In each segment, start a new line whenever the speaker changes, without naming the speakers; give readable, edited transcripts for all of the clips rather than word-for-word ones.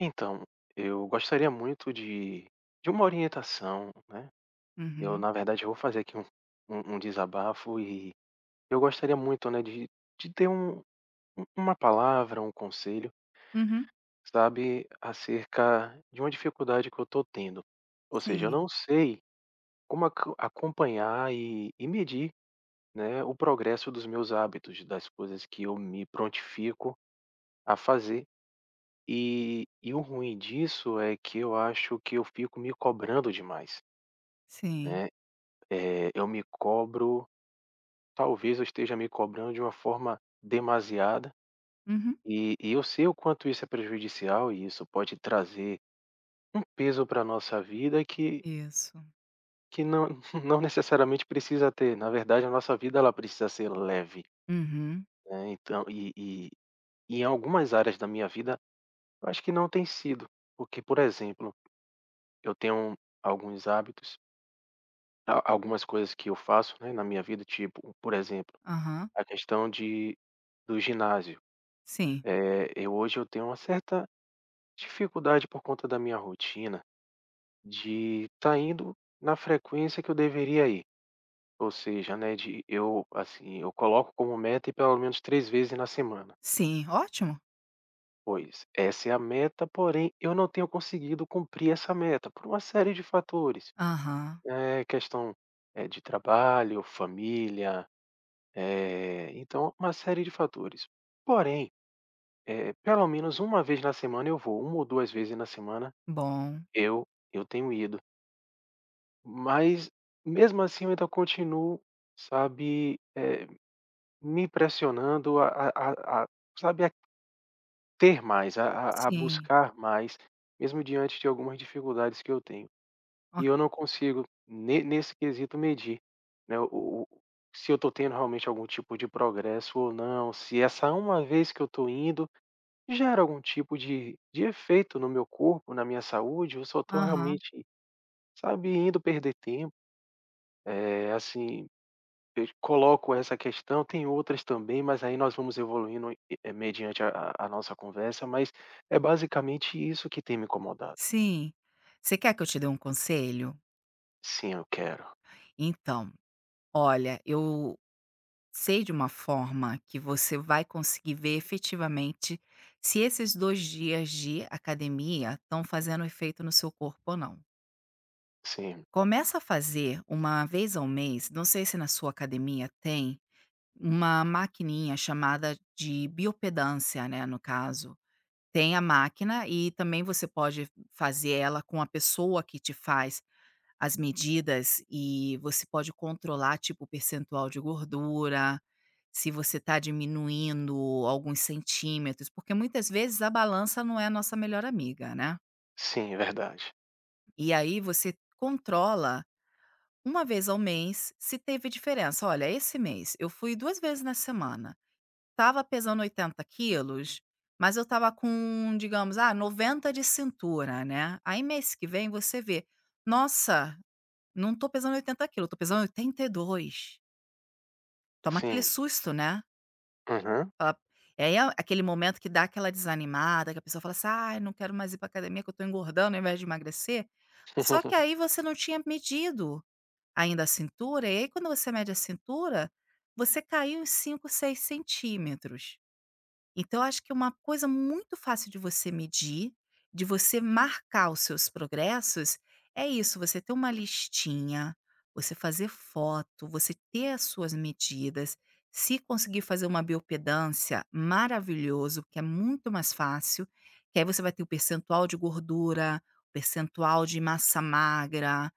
Então, eu gostaria muito de uma orientação, né. Eu,
Uhum,
na verdade, eu vou fazer aqui um desabafo e eu gostaria muito, né, de ter uma palavra, um conselho,
uhum,
sabe, acerca de uma dificuldade que eu estou tendo. Ou seja, eu não
sim,
sei como acompanhar e medir, né, o progresso dos meus hábitos, das coisas que eu me prontifico a fazer. E o ruim disso é que eu acho que eu fico me cobrando demais,
sim,
né. Eu me cobro, talvez eu esteja me cobrando de uma forma demasiada,
uhum,
e eu sei o quanto isso é prejudicial e isso pode trazer um peso para a nossa vida que
isso,
que não não necessariamente precisa ter. Na verdade, a nossa vida ela precisa ser leve,
uhum,
né, então e em algumas áreas da minha vida, eu acho que não tem sido. Porque, por exemplo, eu tenho alguns hábitos. A Algumas coisas que eu faço, né, na minha vida, tipo, um, por exemplo,
aham,
a questão de do ginásio.
sim,
Eu hoje eu tenho uma certa dificuldade por conta da minha rotina de estar tá indo na frequência que eu deveria ir, ou seja, né, de eu, assim, eu coloco como meta ir pelo menos 3 vezes na semana.
sim, ótimo,
Pois essa é a meta, porém eu não tenho conseguido cumprir essa meta por uma série de fatores,
aham,
questão, de trabalho, família. Então, uma série de fatores. Porém, pelo menos uma vez na semana eu vou, 1 ou 2 vezes na semana
bom,
eu eu tenho ido. Mas mesmo assim eu ainda continuo, sabe, me pressionando a, sabe, a ter mais, a
sim,
buscar mais, mesmo diante de algumas dificuldades que eu tenho. E eu
ok,
não consigo ne nesse quesito medir, né, o se eu estou tendo realmente algum tipo de progresso ou não, se essa uma vez que eu estou indo gera algum tipo de efeito no meu corpo, na minha saúde, eu só estou
aham,
realmente, sabe, indo perder tempo. Assim, eu coloco essa questão, tem outras também, mas aí nós vamos evoluindo, mediante a nossa conversa, mas é basicamente isso que tem me incomodado.
sim. Você quer que eu te dê um conselho?
Sim, eu quero.
Então, olha, eu sei de uma forma que você vai conseguir ver efetivamente se esses 2 dias de academia estão fazendo efeito no seu corpo ou não.
Sim,
Começa a fazer uma vez ao mês, não sei se na sua academia tem uma maquininha chamada de biopedância, né, no caso. Tem a máquina e também você pode fazer ela com a pessoa que te faz as medidas e você pode controlar, tipo, o percentual de gordura, se você está diminuindo alguns centímetros, porque muitas vezes a balança não é a nossa melhor amiga, né.
sim, é verdade.
E aí você controla uma vez ao mês se teve diferença. "Olha, esse mês eu fui 2 vezes na semana. Tava pesando 80 quilos, mas eu tava com, digamos, ah, 90 de cintura, né. Aí mês que vem você vê: "Nossa, não tô pesando 80 quilos, tô pesando 82. Toma aquele
Sim.
susto, né".
Aham.
Fala, e aí é aquele momento que dá aquela desanimada, que a pessoa fala assim: "Ai, não quero mais ir para academia que eu tô engordando ao invés de emagrecer". Só que aí você não tinha medido ainda a cintura, e aí quando você mede a cintura, você caiu uns 5, 6 centímetros. Então, eu acho que é uma coisa muito fácil de você medir, de você marcar os seus progressos, é isso, você ter uma listinha, você fazer foto, você ter as suas medidas. Se conseguir fazer uma biopedância, maravilhoso, porque é muito mais fácil, que aí você vai ter o percentual de gordura, o percentual de massa magra,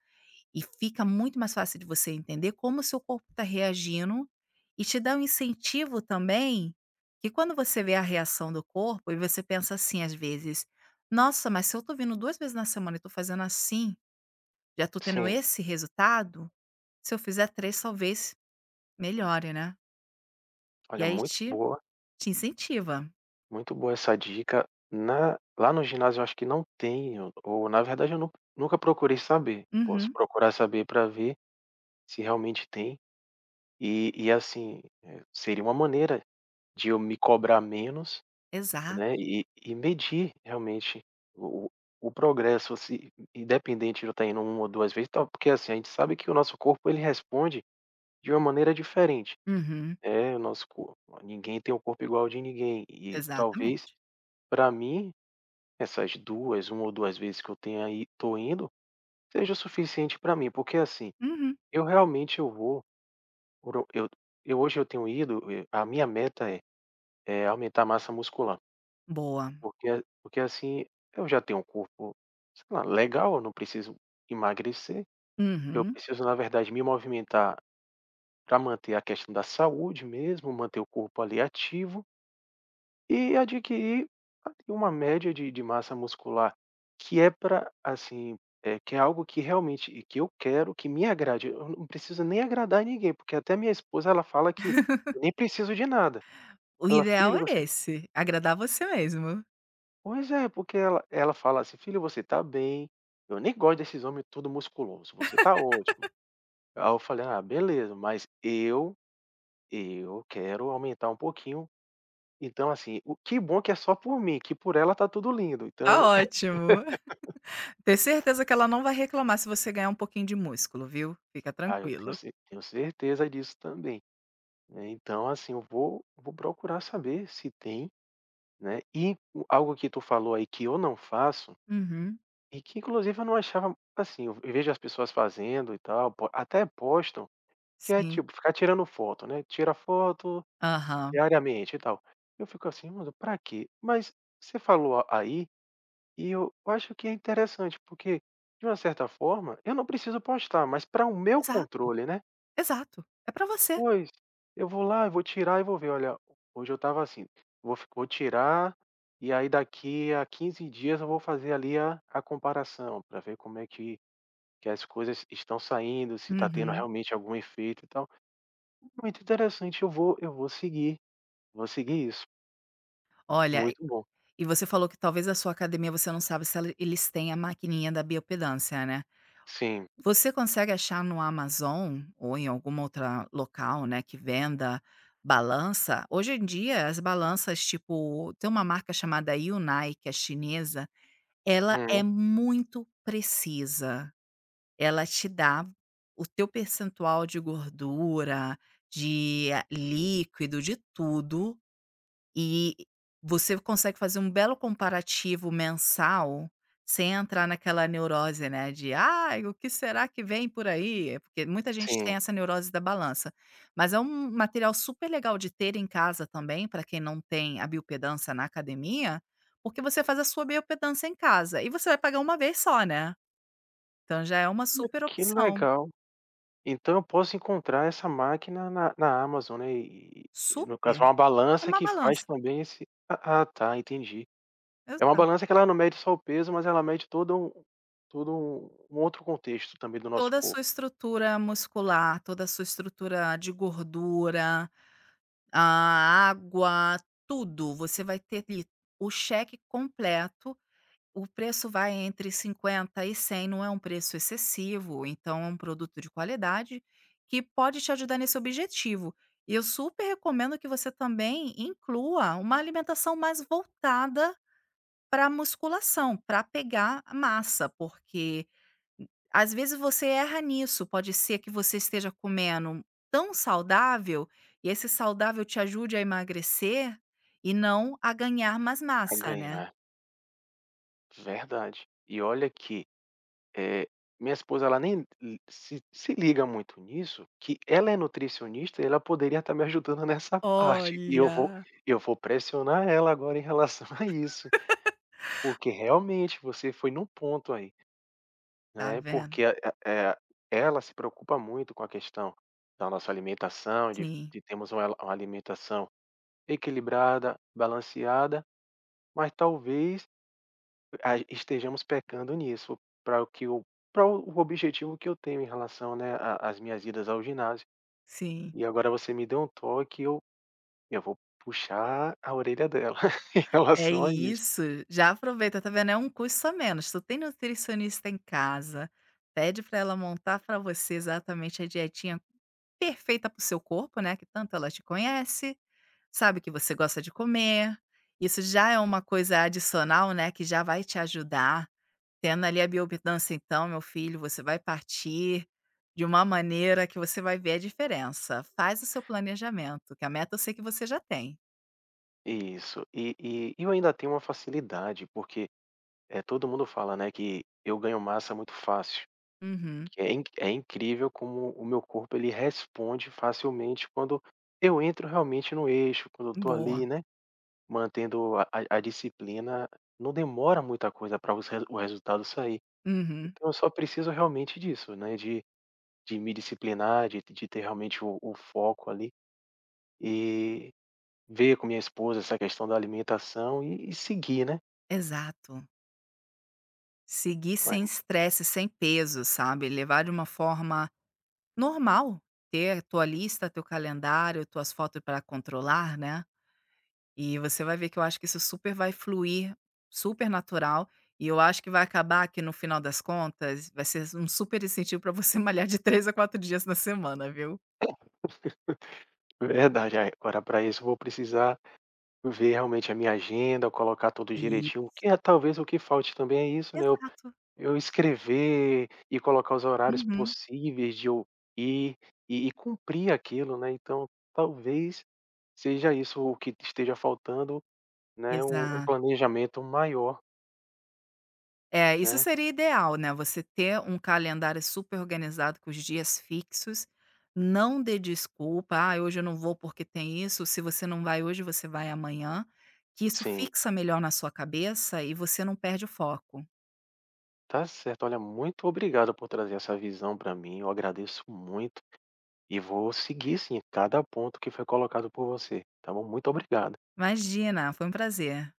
e fica muito mais fácil de você entender como o seu corpo está reagindo e te dá um incentivo também, que quando você vê a reação do corpo e você pensa assim às vezes: "Nossa, mas se eu estou vindo 2 vezes na semana e estou fazendo assim, já estou tendo
Sim.
esse resultado, se eu fizer três talvez melhore, né". E
Olha,
aí
muito
te
boa.
te incentiva.
Muito boa essa dica. Na Lá no ginásio eu acho que não tenho, ou na verdade eu nu nunca procurei saber. Eu posso
Uhum,
procurar saber para ver se realmente tem. E assim, seria uma maneira de eu me cobrar menos,
exato.
né, e medir realmente o o o progresso, se independente de eu estar indo uma ou 2 vezes, tal, porque assim, a gente sabe que o nosso corpo ele responde de uma maneira diferente.
Uhum,
É, o nosso corpo ninguém tem o corpo igual ao de ninguém e talvez
exatamente.
para mim Essas duas uma ou 2 vezes que eu tenha aí tô indo, seja o suficiente para mim, porque, assim,
Uhum,
eu vou por eu hoje eu tenho ido, a minha meta é aumentar a massa muscular,
boa.
porque, assim, eu já tenho um corpo, sei lá, legal, eu não preciso emagrecer, eu
Uhum.
preciso, na verdade, me movimentar para manter a questão da saúde mesmo, manter o corpo ali ativo. E adquirir uma média de massa muscular que é para assim, que é algo que realmente que eu quero, que me agrade. Eu não preciso nem agradar ninguém, porque até minha esposa ela fala que eu nem preciso de nada.
O
Ela:
ideal
"Filho,
é
você",
esse, agradar você mesmo.
pois é, porque ela fala assim: "Filho, você tá bem, eu nem gosto desses homens tudo musculoso, você tá ótimo". Aí eu falei: "Ah, beleza, mas eu quero aumentar um pouquinho". Então assim, o que bom que é só por mim, que por ela tá tudo lindo,
Tá
então.
ótimo. Ter certeza que ela não vai reclamar se você ganhar um pouquinho de músculo, viu. Fica
Ah, eu tenho
tranquilo.
cer tenho certeza disso também, né, então assim, eu vou procurar saber se tem, né, e algo que tu falou aí que eu não faço,
Uhum.
e que inclusive eu não achava assim, eu vejo as pessoas fazendo e tal, po, até postam, que é
Sim.
tipo, ficar tirando foto, né, tira foto
Aham.
diariamente e tal. Eu fico assim: "Mano, pra quê?". Mas você falou aí, e eu acho que é interessante, porque de uma certa forma eu não preciso postar, mas para o meu
Exato,
controle, né.
exato. É pra você.
Pois, eu vou lá, eu vou tirar e vou ver, olha, hoje eu estava assim, vou tirar, e aí daqui a 15 dias eu vou fazer ali a comparação, para ver como é que as coisas estão saindo, se está tendo
Uhum.
realmente algum efeito e tal. Muito interessante, eu vou seguir isso.
Olha, e
Muito bom.
e você falou que talvez a sua academia você não sabe se ela eles têm a maquininha da biopedância, né.
Sim.
Você consegue achar no Amazon ou em algum outro local, né, que venda balança? Hoje em dia as balanças, tipo, tem uma marca chamada Yunai, que é chinesa, ela é
Uhum.
muito precisa. Ela te dá o teu percentual de gordura, de a líquido, de tudo, e você consegue fazer um belo comparativo mensal, sem entrar naquela neurose, né, de: "Ai, o que será que vem por aí?". É. Porque muita gente
Sim.
tem essa neurose da balança. Mas é um material super legal de ter em casa também, para quem não tem a biopedância na academia, porque você faz a sua biopedância em casa e você vai pagar uma vez só, né. Então já é uma
Olha,
super
que
opção.
legal. Então eu posso encontrar essa máquina na Amazon, né, e no caso
Super,
é uma
é
balança
uma
que faz
balança,
também esse ah, ah, tá, entendi. É uma
exato.
balança que ela não mede só o peso, mas ela mede todo um outro contexto também do nosso
Toda a
corpo
sua estrutura muscular, toda a sua estrutura de gordura, a água, tudo, você vai ter ali o cheque completo, o preço vai entre 50 e 100, não é um preço excessivo, então é um produto de qualidade que pode te ajudar nesse objetivo. E eu super recomendo que você também inclua uma alimentação mais voltada para musculação, para pegar massa, porque às vezes você erra nisso, pode ser que você esteja comendo tão saudável, e esse saudável te ajude a emagrecer, e não a ganhar mais
pra
massa, né.
ganhar. Verdade. E olha que, eh, minha esposa ela nem li se liga muito nisso, que ela é nutricionista e ela poderia estar me ajudando nessa parte. E
Olha.
eu vou pressionar ela agora em relação a isso, porque realmente você foi num ponto aí,
Tá
né,
vendo?
porque ela se preocupa muito com a questão da nossa alimentação,
Sim,
de termos uma alimentação equilibrada, balanceada, mas talvez a estejamos pecando nisso, para o que o para o objetivo que eu tenho em relação, né, a às minhas idas ao ginásio.
sim.
E agora você me deu um toque, eu vou puxar a orelha dela em
É
relação a isso.
isso, já aproveita, tá vendo, é um custo a menos, tu tem nutricionista em casa, pede pra ela montar pra você exatamente a dietinha perfeita para o seu corpo, né, que tanto ela te conhece, sabe o que você gosta de comer, isso já é uma coisa adicional, né, que já vai te ajudar. Tendo ali a bioimpedância então, meu filho, você vai partir de uma maneira que você vai ver a diferença. Faz o seu planejamento, que a meta eu sei que você já tem.
Isso. E eu ainda tenho uma facilidade, porque, é todo mundo fala, né, que eu ganho massa muito fácil,
Uhum.
que é incrível como o meu corpo ele responde facilmente quando eu entro realmente no eixo, quando eu estou ali,
Boa.
né. Mantendo a disciplina, não demora muita coisa para o resultado sair.
Uhum.
Então eu só preciso realmente disso, né, de me disciplinar, de ter realmente o foco ali, e ver com minha esposa essa questão da alimentação e seguir, né.
Exato. Seguir
Mas
sem estresse, sem peso, sabe, levar de uma forma normal, ter a tua lista, teu calendário, tuas fotos para controlar, né. E você vai ver que eu acho que isso super vai fluir, super natural, e eu acho que vai acabar que no final das contas vai ser um super incentivo para você malhar de 3 a 4 dias na semana, viu.
verdade, aí agora para isso eu vou precisar ver realmente a minha agenda, colocar tudo
E
direitinho, que é talvez o que falte também é isso, né.
exato.
Eu escrever e colocar os horários
Uhum.
possíveis de eu ir e cumprir aquilo, né, então talvez seja isso o que esteja faltando, né, um
Exato.
planejamento maior,
É, isso
né.
seria ideal, né, você ter um calendário super organizado com os dias fixos, não dê desculpa: "ah, hoje eu não vou porque tem isso", se você não vai hoje, você vai amanhã, que isso
Sim,
fixa melhor na sua cabeça e você não perde o foco.
tá certo. Olha, muito obrigado por trazer essa visão para mim, eu agradeço muito e vou seguir sim cada ponto que foi colocado por você, tá bom? Muito obrigado.
Imagina, foi um prazer.